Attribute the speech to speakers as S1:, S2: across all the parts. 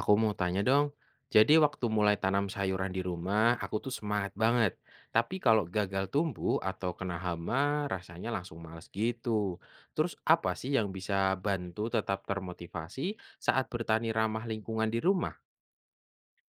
S1: Aku mau tanya dong, jadi waktu mulai tanam sayuran di rumah, aku tuh semangat banget. Tapi kalau gagal tumbuh atau kena hama, rasanya langsung males gitu. Terus apa sih yang bisa bantu tetap termotivasi saat bertani ramah lingkungan di rumah?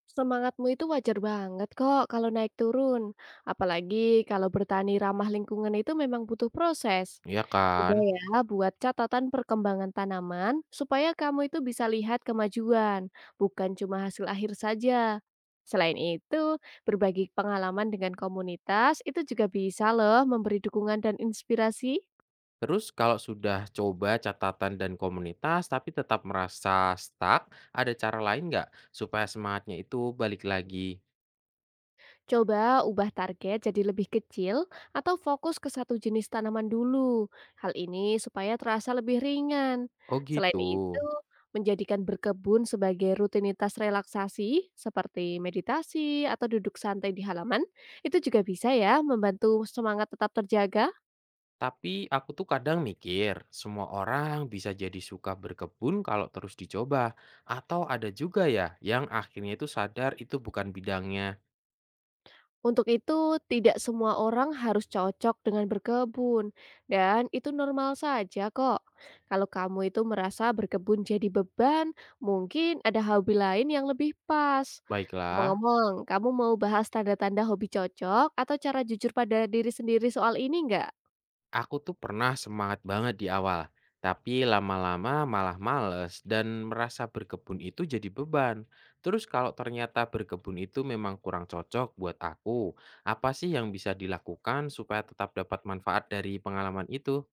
S2: Semangatmu itu wajar banget kok kalau naik turun. Apalagi kalau bertani ramah lingkungan itu memang butuh proses.
S1: Ya
S2: Coba
S1: kan?
S2: ya buat catatan perkembangan tanaman supaya kamu itu bisa lihat kemajuan, bukan cuma hasil akhir saja. Selain itu, berbagi pengalaman dengan komunitas itu juga bisa loh memberi dukungan dan inspirasi.
S1: Terus kalau sudah coba catatan dan komunitas tapi tetap merasa stuck, ada cara lain nggak supaya semangatnya itu balik lagi?
S2: Coba ubah target jadi lebih kecil atau fokus ke satu jenis tanaman dulu. Hal ini supaya terasa lebih ringan.
S1: Oh
S2: Selain
S1: gitu.
S2: itu, menjadikan berkebun sebagai rutinitas relaksasi seperti meditasi atau duduk santai di halaman, itu juga bisa ya membantu semangat tetap terjaga.
S1: Tapi aku tuh kadang mikir, semua orang bisa jadi suka berkebun kalau terus dicoba. Atau ada juga ya yang akhirnya itu sadar itu bukan bidangnya.
S2: Untuk itu, tidak semua orang harus cocok dengan berkebun, dan itu normal saja kok. Kalau kamu itu merasa berkebun jadi beban, mungkin ada hobi lain yang lebih pas.
S1: Baiklah,
S2: Ngomong-ngomong, kamu mau bahas tanda-tanda hobi cocok atau cara jujur pada diri sendiri soal ini nggak?
S1: aku tuh pernah semangat banget di awal. Tapi lama-lama malah males dan merasa berkebun itu jadi beban. Terus kalau ternyata berkebun itu memang kurang cocok buat aku, apa sih yang bisa dilakukan supaya tetap dapat manfaat dari pengalaman itu?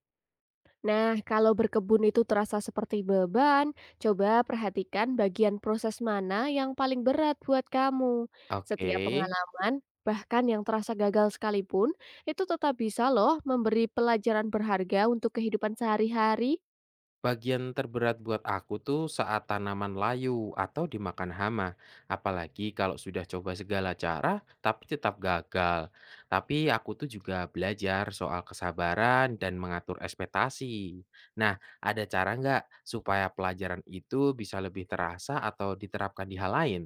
S2: Nah, kalau berkebun itu terasa seperti beban, coba perhatikan bagian proses mana yang paling berat buat kamu.
S1: Oke.
S2: Setiap pengalaman, bahkan yang terasa gagal sekalipun, itu tetap bisa loh memberi pelajaran berharga untuk kehidupan sehari-hari.
S1: Bagian terberat buat aku tuh saat tanaman layu atau dimakan hama, apalagi kalau sudah coba segala cara tapi tetap gagal. Tapi aku tuh juga belajar soal kesabaran dan mengatur ekspektasi. Nah, ada cara nggak supaya pelajaran itu bisa lebih terasa atau diterapkan di hal lain?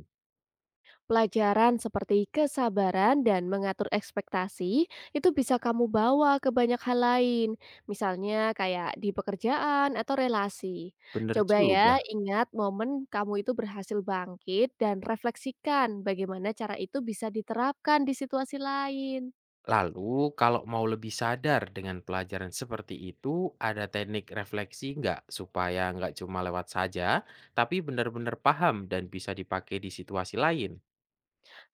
S2: Pelajaran seperti kesabaran dan mengatur ekspektasi itu bisa kamu bawa ke banyak hal lain, misalnya kayak di pekerjaan atau relasi.
S1: Bener
S2: Coba ya
S1: juga.
S2: ingat momen kamu itu berhasil bangkit dan refleksikan bagaimana cara itu bisa diterapkan di situasi lain.
S1: Lalu, kalau mau lebih sadar dengan pelajaran seperti itu, ada teknik refleksi nggak supaya nggak cuma lewat saja, tapi benar-benar paham dan bisa dipakai di situasi lain?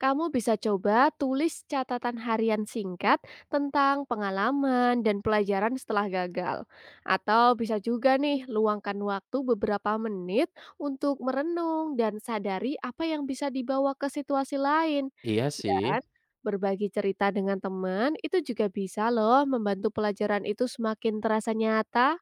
S2: Kamu bisa coba tulis catatan harian singkat tentang pengalaman dan pelajaran setelah gagal. Atau bisa juga nih luangkan waktu beberapa menit untuk merenung dan sadari apa yang bisa dibawa ke situasi lain.
S1: Iya sih.
S2: Dan berbagi cerita dengan teman itu juga bisa loh membantu pelajaran itu semakin terasa nyata.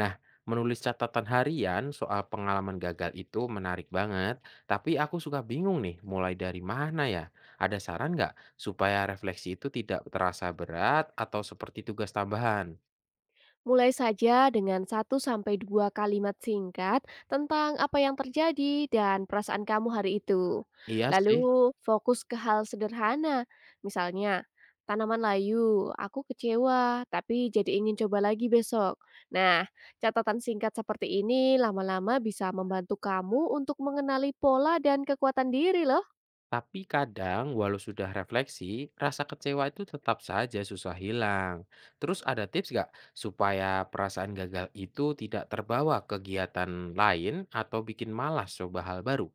S1: Nah, menulis catatan harian soal pengalaman gagal itu menarik banget, tapi aku suka bingung nih, mulai dari mana ya? Ada saran nggak supaya refleksi itu tidak terasa berat atau seperti tugas tambahan?
S2: Mulai saja dengan satu sampai dua kalimat singkat tentang apa yang terjadi dan perasaan kamu hari itu.
S1: Iya sih.
S2: Lalu fokus ke hal sederhana, misalnya tanaman layu, aku kecewa tapi jadi ingin coba lagi besok. Nah, catatan singkat seperti ini lama-lama bisa membantu kamu untuk mengenali pola dan kekuatan diri loh.
S1: Tapi kadang, walau sudah refleksi, rasa kecewa itu tetap saja susah hilang. Terus ada tips nggak supaya perasaan gagal itu tidak terbawa kegiatan lain atau bikin malas coba hal baru?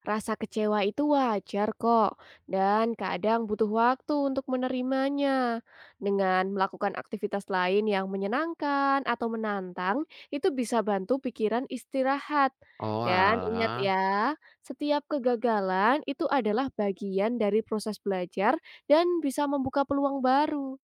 S2: Rasa kecewa itu wajar kok, dan kadang butuh waktu untuk menerimanya. Dengan melakukan aktivitas lain yang menyenangkan atau menantang, itu bisa bantu pikiran istirahat.
S1: Oh
S2: Dan ingat
S1: alah.
S2: ya, setiap kegagalan itu adalah bagian dari proses belajar dan bisa membuka peluang baru.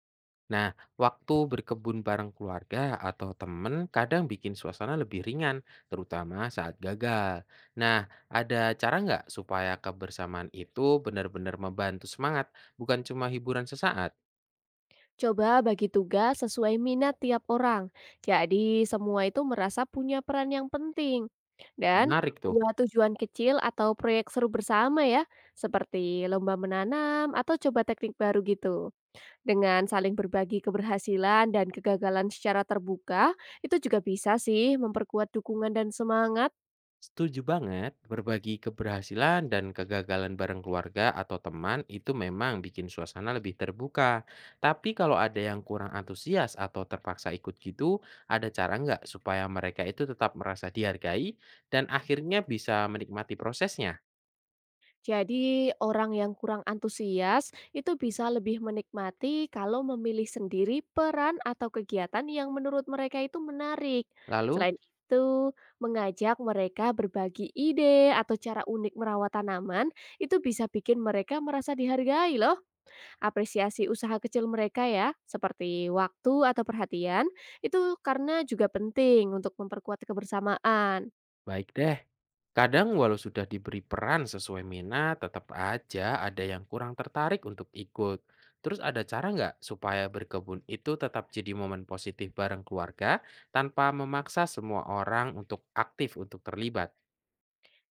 S1: Nah, waktu berkebun bareng keluarga atau temen kadang bikin suasana lebih ringan, terutama saat gagal. Nah, ada cara nggak supaya kebersamaan itu benar-benar membantu semangat, bukan cuma hiburan sesaat?
S2: Coba bagi tugas sesuai minat tiap orang. Jadi semua itu merasa punya peran yang penting. Dan
S1: Menarik tuh.
S2: buat tujuan kecil atau proyek seru bersama ya, seperti lomba menanam atau coba teknik baru gitu. Dengan saling berbagi keberhasilan dan kegagalan secara terbuka, itu juga bisa sih memperkuat dukungan dan semangat.
S1: Setuju banget, berbagi keberhasilan dan kegagalan bareng keluarga atau teman itu memang bikin suasana lebih terbuka. Tapi kalau ada yang kurang antusias atau terpaksa ikut gitu, ada cara nggak supaya mereka itu tetap merasa dihargai dan akhirnya bisa menikmati prosesnya?
S2: Jadi, orang yang kurang antusias itu bisa lebih menikmati kalau memilih sendiri peran atau kegiatan yang menurut mereka itu menarik.
S1: Lalu,
S2: Selain itu, mengajak mereka berbagi ide atau cara unik merawat tanaman itu bisa bikin mereka merasa dihargai loh. Apresiasi usaha kecil mereka ya, seperti waktu atau perhatian, itu karena juga penting untuk memperkuat kebersamaan.
S1: baik deh. Kadang walau sudah diberi peran sesuai minat, tetap aja ada yang kurang tertarik untuk ikut. Terus ada cara nggak supaya berkebun itu tetap jadi momen positif bareng keluarga tanpa memaksa semua orang untuk aktif untuk terlibat?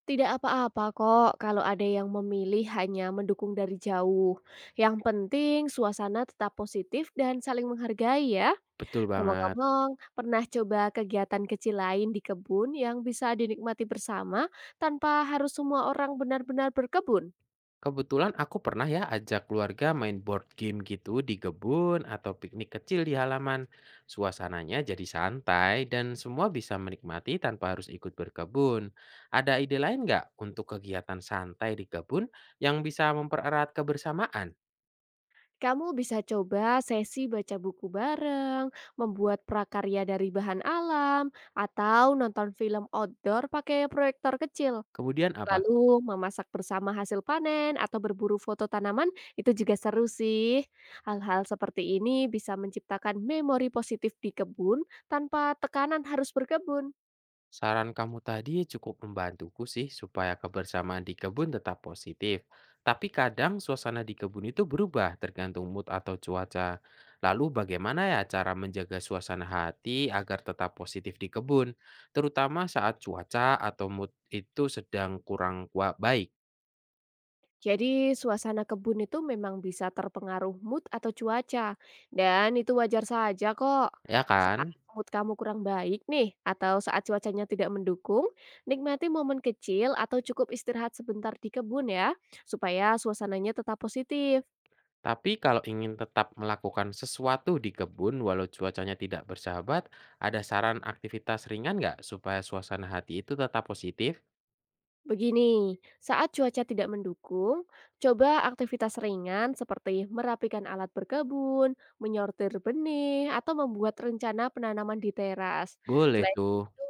S2: Tidak apa-apa kok kalau ada yang memilih hanya mendukung dari jauh. Yang penting suasana tetap positif dan saling menghargai ya.
S1: Betul banget.
S2: Ngomong-ngomong, pernah coba kegiatan kecil lain di kebun yang bisa dinikmati bersama tanpa harus semua orang benar-benar berkebun?
S1: Kebetulan aku pernah ya ajak keluarga main board game gitu di kebun atau piknik kecil di halaman. Suasananya jadi santai dan semua bisa menikmati tanpa harus ikut berkebun. Ada ide lain nggak untuk kegiatan santai di kebun yang bisa mempererat kebersamaan?
S2: Kamu bisa coba sesi baca buku bareng, membuat prakarya dari bahan alam, atau nonton film outdoor pakai proyektor kecil.
S1: Kemudian apa?
S2: Lalu memasak bersama hasil panen atau berburu foto tanaman itu juga seru sih. Hal-hal seperti ini bisa menciptakan memori positif di kebun tanpa tekanan harus berkebun.
S1: Saran kamu tadi cukup membantuku sih supaya kebersamaan di kebun tetap positif. Tapi kadang suasana di kebun itu berubah tergantung mood atau cuaca. Lalu bagaimana ya cara menjaga suasana hati agar tetap positif di kebun, terutama saat cuaca atau mood itu sedang baik,
S2: Jadi suasana kebun itu memang bisa terpengaruh mood atau cuaca. Dan itu wajar saja kok.
S1: ya
S2: Saat
S1: kan?
S2: mood kamu kurang baik nih atau saat cuacanya tidak mendukung, nikmati momen kecil atau cukup istirahat sebentar di kebun ya supaya suasananya tetap positif.
S1: Tapi kalau ingin tetap melakukan sesuatu di kebun walau cuacanya tidak bersahabat, ada saran aktivitas ringan nggak supaya suasana hati itu tetap positif?
S2: Begini, saat cuaca tidak mendukung, coba aktivitas ringan seperti merapikan alat berkebun, menyortir benih, atau membuat rencana penanaman di teras.
S1: Boleh
S2: Selain
S1: tuh.
S2: itu,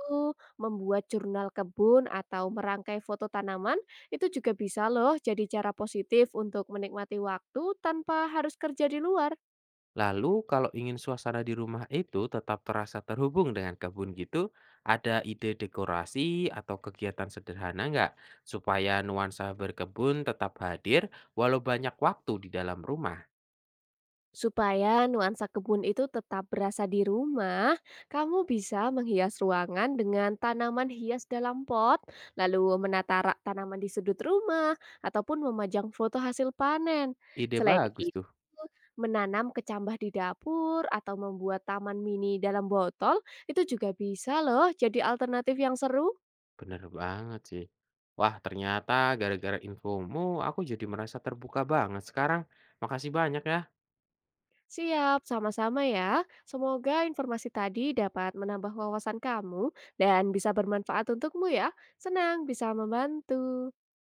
S2: membuat jurnal kebun atau merangkai foto tanaman itu juga bisa loh jadi cara positif untuk menikmati waktu tanpa harus kerja di luar.
S1: Lalu kalau ingin suasana di rumah itu tetap terasa terhubung dengan kebun gitu, ada ide dekorasi atau kegiatan sederhana nggak? Supaya nuansa berkebun tetap hadir walau banyak waktu di dalam rumah.
S2: Supaya nuansa kebun itu tetap berasa di rumah, kamu bisa menghias ruangan dengan tanaman hias dalam pot, lalu menata rak tanaman di sudut rumah, ataupun memajang foto hasil panen.
S1: Ide
S2: Selain
S1: bagus
S2: itu,
S1: tuh.
S2: menanam kecambah di dapur atau membuat taman mini dalam botol, itu juga bisa loh jadi alternatif yang seru.
S1: Bener banget sih. Wah ternyata gara-gara infomu aku jadi merasa terbuka banget sekarang. Makasih banyak ya.
S2: Siap, sama-sama ya. Semoga informasi tadi dapat menambah wawasan kamu dan bisa bermanfaat untukmu ya. Senang bisa membantu.